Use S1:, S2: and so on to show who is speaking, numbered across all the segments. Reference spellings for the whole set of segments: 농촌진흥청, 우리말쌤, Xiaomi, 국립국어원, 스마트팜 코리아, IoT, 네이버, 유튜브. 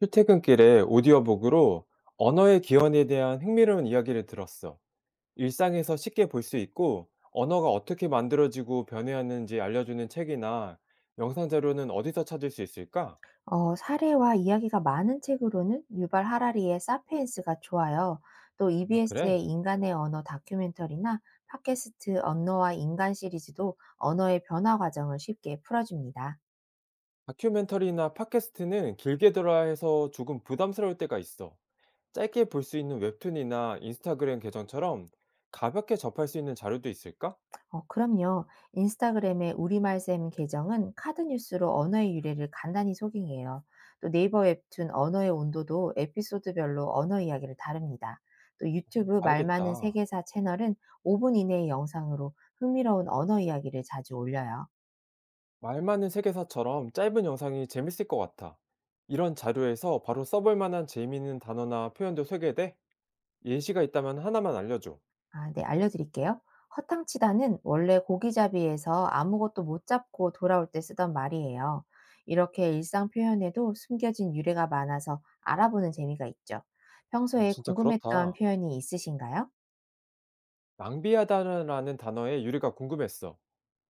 S1: 출퇴근길에 오디오북으로 언어의 기원에 대한 흥미로운 이야기를 들었어. 일상에서 쉽게 볼 수 있고, 언어가 어떻게 만들어지고 변해왔는지 알려주는 책이나 영상 자료는 어디서 찾을 수 있을까?
S2: 사례와 이야기가 많은 책으로는 유발 하라리의 사피엔스가 좋아요. 또
S1: 아,
S2: EBS의
S1: 그래.
S2: 인간의 언어 다큐멘터리나 팟캐스트 언어와 인간 시리즈도 언어의 변화 과정을 쉽게 풀어줍니다.
S1: 다큐멘터리나 팟캐스트는 길게 들어야 해서 조금 부담스러울 때가 있어. 짧게 볼 수 있는 웹툰이나 인스타그램 계정처럼 가볍게 접할 수 있는 자료도 있을까?
S2: 어, 그럼요. 인스타그램의 우리말쌤 계정은 카드뉴스로 언어의 유래를 간단히 소개해요. 또 네이버 웹툰 언어의 온도도 에피소드별로 언어 이야기를 다룹니다. 또 유튜브 말 많은
S1: 알겠다.
S2: 세계사 채널은 5분 이내의 영상으로 흥미로운 언어 이야기를 자주 올려요.
S1: 말 많은 세계사처럼 짧은 영상이 재밌을 것 같아. 이런 자료에서 바로 써볼 만한 재미있는 단어나 표현도 소개돼? 예시가 있다면 하나만 알려줘.
S2: 아 네 알려드릴게요. 허탕치다는 원래 고기잡이에서 아무것도 못 잡고 돌아올 때 쓰던 말이에요. 이렇게 일상 표현에도 숨겨진 유래가 많아서 알아보는 재미가 있죠.
S1: 어,
S2: 평소에
S1: 진짜
S2: 궁금했던
S1: 그렇다.
S2: 표현이 있으신가요?
S1: 낭비하다라는 단어의 유래가 궁금했어.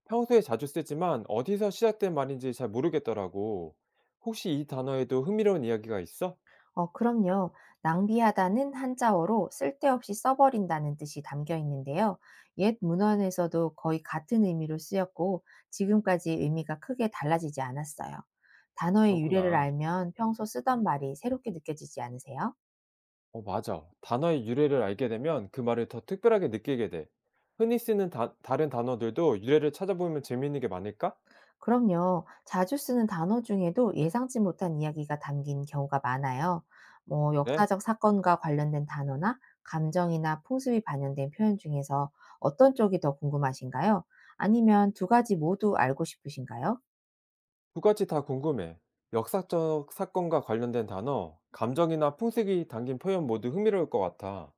S1: 평소에 자주 쓰지만 어디서 시작된 말인지 잘 모르겠더라고. 혹시 이 단어에도 흥미로운 이야기가 있어?
S2: 어, 그럼요. 낭비하다는 한자어로 쓸데없이 써버린다는 뜻이 담겨 있는데요. 옛 문헌에서도 거의 같은 의미로 쓰였고, 지금까지 의미가 크게 달라지지 않았어요. 단어의 유래를
S1: 그렇구나.
S2: 알면 평소 쓰던 말이 새롭게 느껴지지 않으세요?
S1: 어, 맞아. 단어의 유래를 알게 되면 그 말을 더 특별하게 느끼게 돼. 흔히 쓰는 다른 단어들도 유래를 찾아보면 재미있는 게 많을까?
S2: 그럼요. 자주 쓰는 단어 중에도 예상치 못한 이야기가 담긴 경우가 많아요. 뭐,
S1: 그래?
S2: 역사적 사건과 관련된 단어나 감정이나 풍습이 반영된 표현 중에서 어떤 쪽이 더 궁금하신가요? 아니면 두 가지 모두 알고 싶으신가요?
S1: 두 가지 다 궁금해. 역사적 사건과 관련된 단어, 감정이나 풍습이 담긴 표현 모두 흥미로울 것 같아.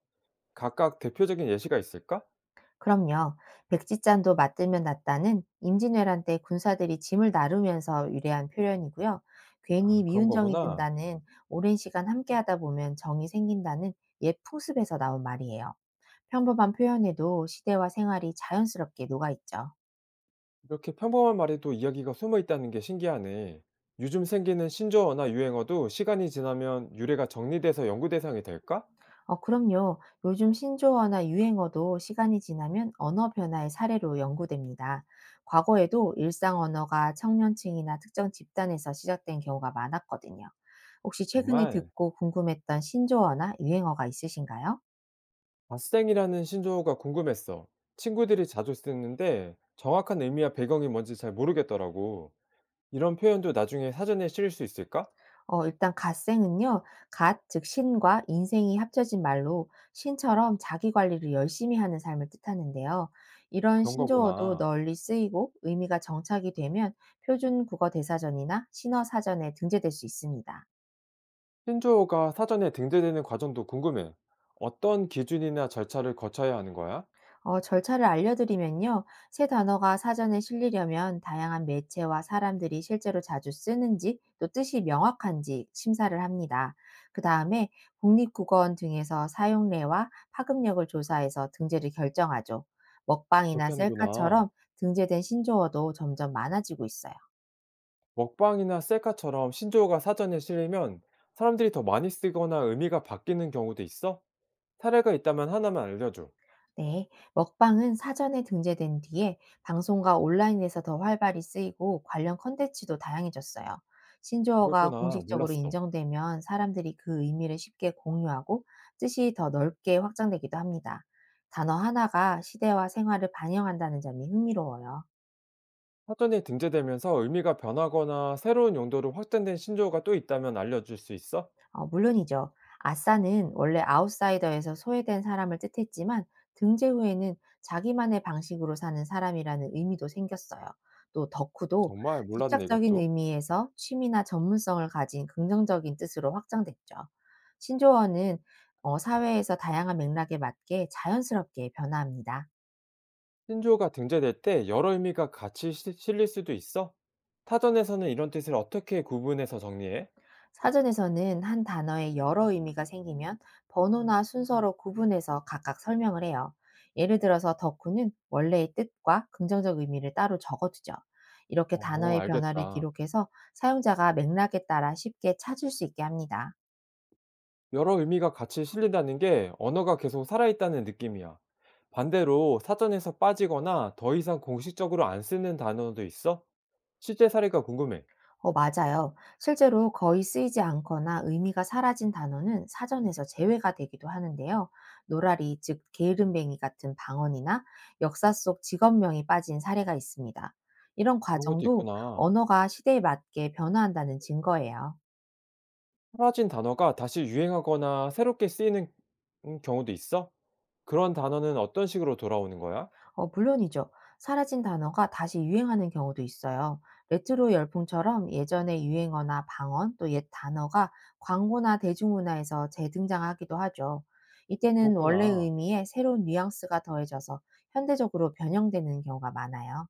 S1: 각각 대표적인 예시가 있을까?
S2: 그럼요. 백지짠도 맞들면 낫다는 임진왜란 때 군사들이 짐을 나르면서 유래한 표현이고요.
S1: 아,
S2: 괜히
S1: 그런
S2: 미운 정이
S1: 거구나.
S2: 든다는 오랜 시간 함께하다 보면 정이 생긴다는 옛 풍습에서 나온 말이에요. 평범한 표현에도 시대와 생활이 자연스럽게 녹아있죠.
S1: 이렇게 평범한 말에도 이야기가 숨어 있다는 게 신기하네. 요즘 생기는 신조어나 유행어도 시간이 지나면 유래가 정리돼서 연구 대상이 될까?
S2: 어, 그럼요. 요즘 신조어나 유행어도 시간이 지나면 언어 변화의 사례로 연구됩니다. 과거에도 일상 언어가 청년층이나 특정 집단에서 시작된 경우가 많았거든요. 혹시 최근에
S1: 정말.
S2: 듣고 궁금했던 신조어나 유행어가 있으신가요?
S1: 갓생이라는 신조어가 궁금했어. 친구들이 자주 쓰는데 정확한 의미와 배경이 뭔지 잘 모르겠더라고. 이런 표현도 나중에 사전에 실을 수 있을까?
S2: 어 일단 갓생은요. 갓 즉 신과 인생이 합쳐진 말로 신처럼 자기 관리를 열심히 하는 삶을 뜻하는데요. 이런
S1: 그런
S2: 신조어도
S1: 거구나.
S2: 널리 쓰이고 의미가 정착이 되면 표준 국어 대사전이나 신어 사전에 등재될 수 있습니다.
S1: 신조어가 사전에 등재되는 과정도 궁금해. 어떤 기준이나 절차를 거쳐야 하는 거야?
S2: 어, 절차를 알려드리면요. 새 단어가 사전에 실리려면 다양한 매체와 사람들이 실제로 자주 쓰는지 또 뜻이 명확한지 심사를 합니다. 그 다음에 국립국어원 등에서 사용례와 파급력을 조사해서 등재를 결정하죠. 먹방이나
S1: 그렇게
S2: 셀카처럼
S1: 하는구나.
S2: 등재된 신조어도 점점 많아지고 있어요.
S1: 먹방이나 셀카처럼 신조어가 사전에 실리면 사람들이 더 많이 쓰거나 의미가 바뀌는 경우도 있어? 사례가 있다면 하나만 알려줘.
S2: 네, 먹방은 사전에 등재된 뒤에 방송과 온라인에서 더 활발히 쓰이고 관련 콘텐츠도 다양해졌어요. 신조어가
S1: 그랬구나.
S2: 공식적으로
S1: 몰랐어.
S2: 인정되면 사람들이 그 의미를 쉽게 공유하고 뜻이 더 넓게 확장되기도 합니다. 단어 하나가 시대와 생활을 반영한다는 점이 흥미로워요.
S1: 사전에 등재되면서 의미가 변하거나 새로운 용도로 확장된 신조어가 또 있다면 알려줄 수 있어?
S2: 어 물론이죠. 아싸는 원래 아웃사이더에서 소외된 사람을 뜻했지만 등재 후에는 자기만의 방식으로 사는 사람이라는 의미도 생겼어요. 또 덕후도
S1: 정말 몰랐네,
S2: 집착적인
S1: 이것도.
S2: 의미에서 취미나 전문성을 가진 긍정적인 뜻으로 확장됐죠. 신조어는 사회에서 다양한 맥락에 맞게 자연스럽게 변화합니다.
S1: 신조어가 등재될 때 여러 의미가 같이 실릴 수도 있어? 타전에서는 이런 뜻을 어떻게 구분해서 정리해?
S2: 사전에서는 한 단어에 여러 의미가 생기면 번호나 순서로 구분해서 각각 설명을 해요. 예를 들어서 덕후는 원래의 뜻과 긍정적 의미를 따로 적어두죠. 이렇게
S1: 어,
S2: 단어의 변화를
S1: 알겠다.
S2: 기록해서 사용자가 맥락에 따라 쉽게 찾을 수 있게 합니다.
S1: 여러 의미가 같이 실린다는 게 언어가 계속 살아있다는 느낌이야. 반대로 사전에서 빠지거나 더 이상 공식적으로 안 쓰는 단어도 있어? 실제 사례가 궁금해.
S2: 어, 맞아요. 실제로 거의 쓰이지 않거나 의미가 사라진 단어는 사전에서 제외가 되기도 하는데요. 노라리, 즉 게으름뱅이 같은 방언이나 역사 속 직업명이 빠진 사례가 있습니다. 이런
S1: 그런 것도
S2: 과정도
S1: 있구나.
S2: 언어가 시대에 맞게 변화한다는 증거예요.
S1: 사라진 단어가 다시 유행하거나 새롭게 쓰이는 경우도 있어? 그런 단어는 어떤 식으로 돌아오는 거야?
S2: 어, 물론이죠. 사라진 단어가 다시 유행하는 경우도 있어요. 레트로 열풍처럼 예전의 유행어나 방언 또 옛 단어가 광고나 대중문화에서 재등장하기도 하죠. 이때는 원래
S1: 그렇구나.
S2: 의미에 새로운 뉘앙스가 더해져서 현대적으로 변형되는 경우가 많아요.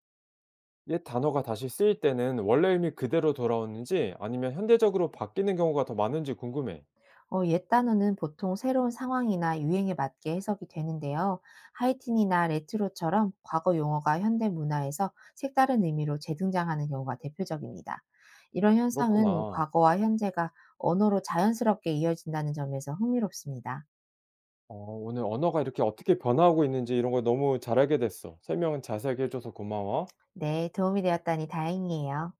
S1: 옛 단어가 다시 쓰일 때는 원래 의미 그대로 돌아오는지 아니면 현대적으로 바뀌는 경우가 더 많은지 궁금해.
S2: 어, 옛 단어는 보통 새로운 상황이나 유행에 맞게 해석이 되는데요. 하이틴이나 레트로처럼 과거 용어가 현대 문화에서 색다른 의미로 재등장하는 경우가 대표적입니다. 이런 현상은
S1: 그렇구나.
S2: 과거와 현재가 언어로 자연스럽게 이어진다는 점에서 흥미롭습니다.
S1: 어, 오늘 언어가 이렇게 어떻게 변화하고 있는지 이런 걸 너무 잘 알게 됐어. 설명은 자세하게 해줘서 고마워.
S2: 네, 도움이 되었다니 다행이에요.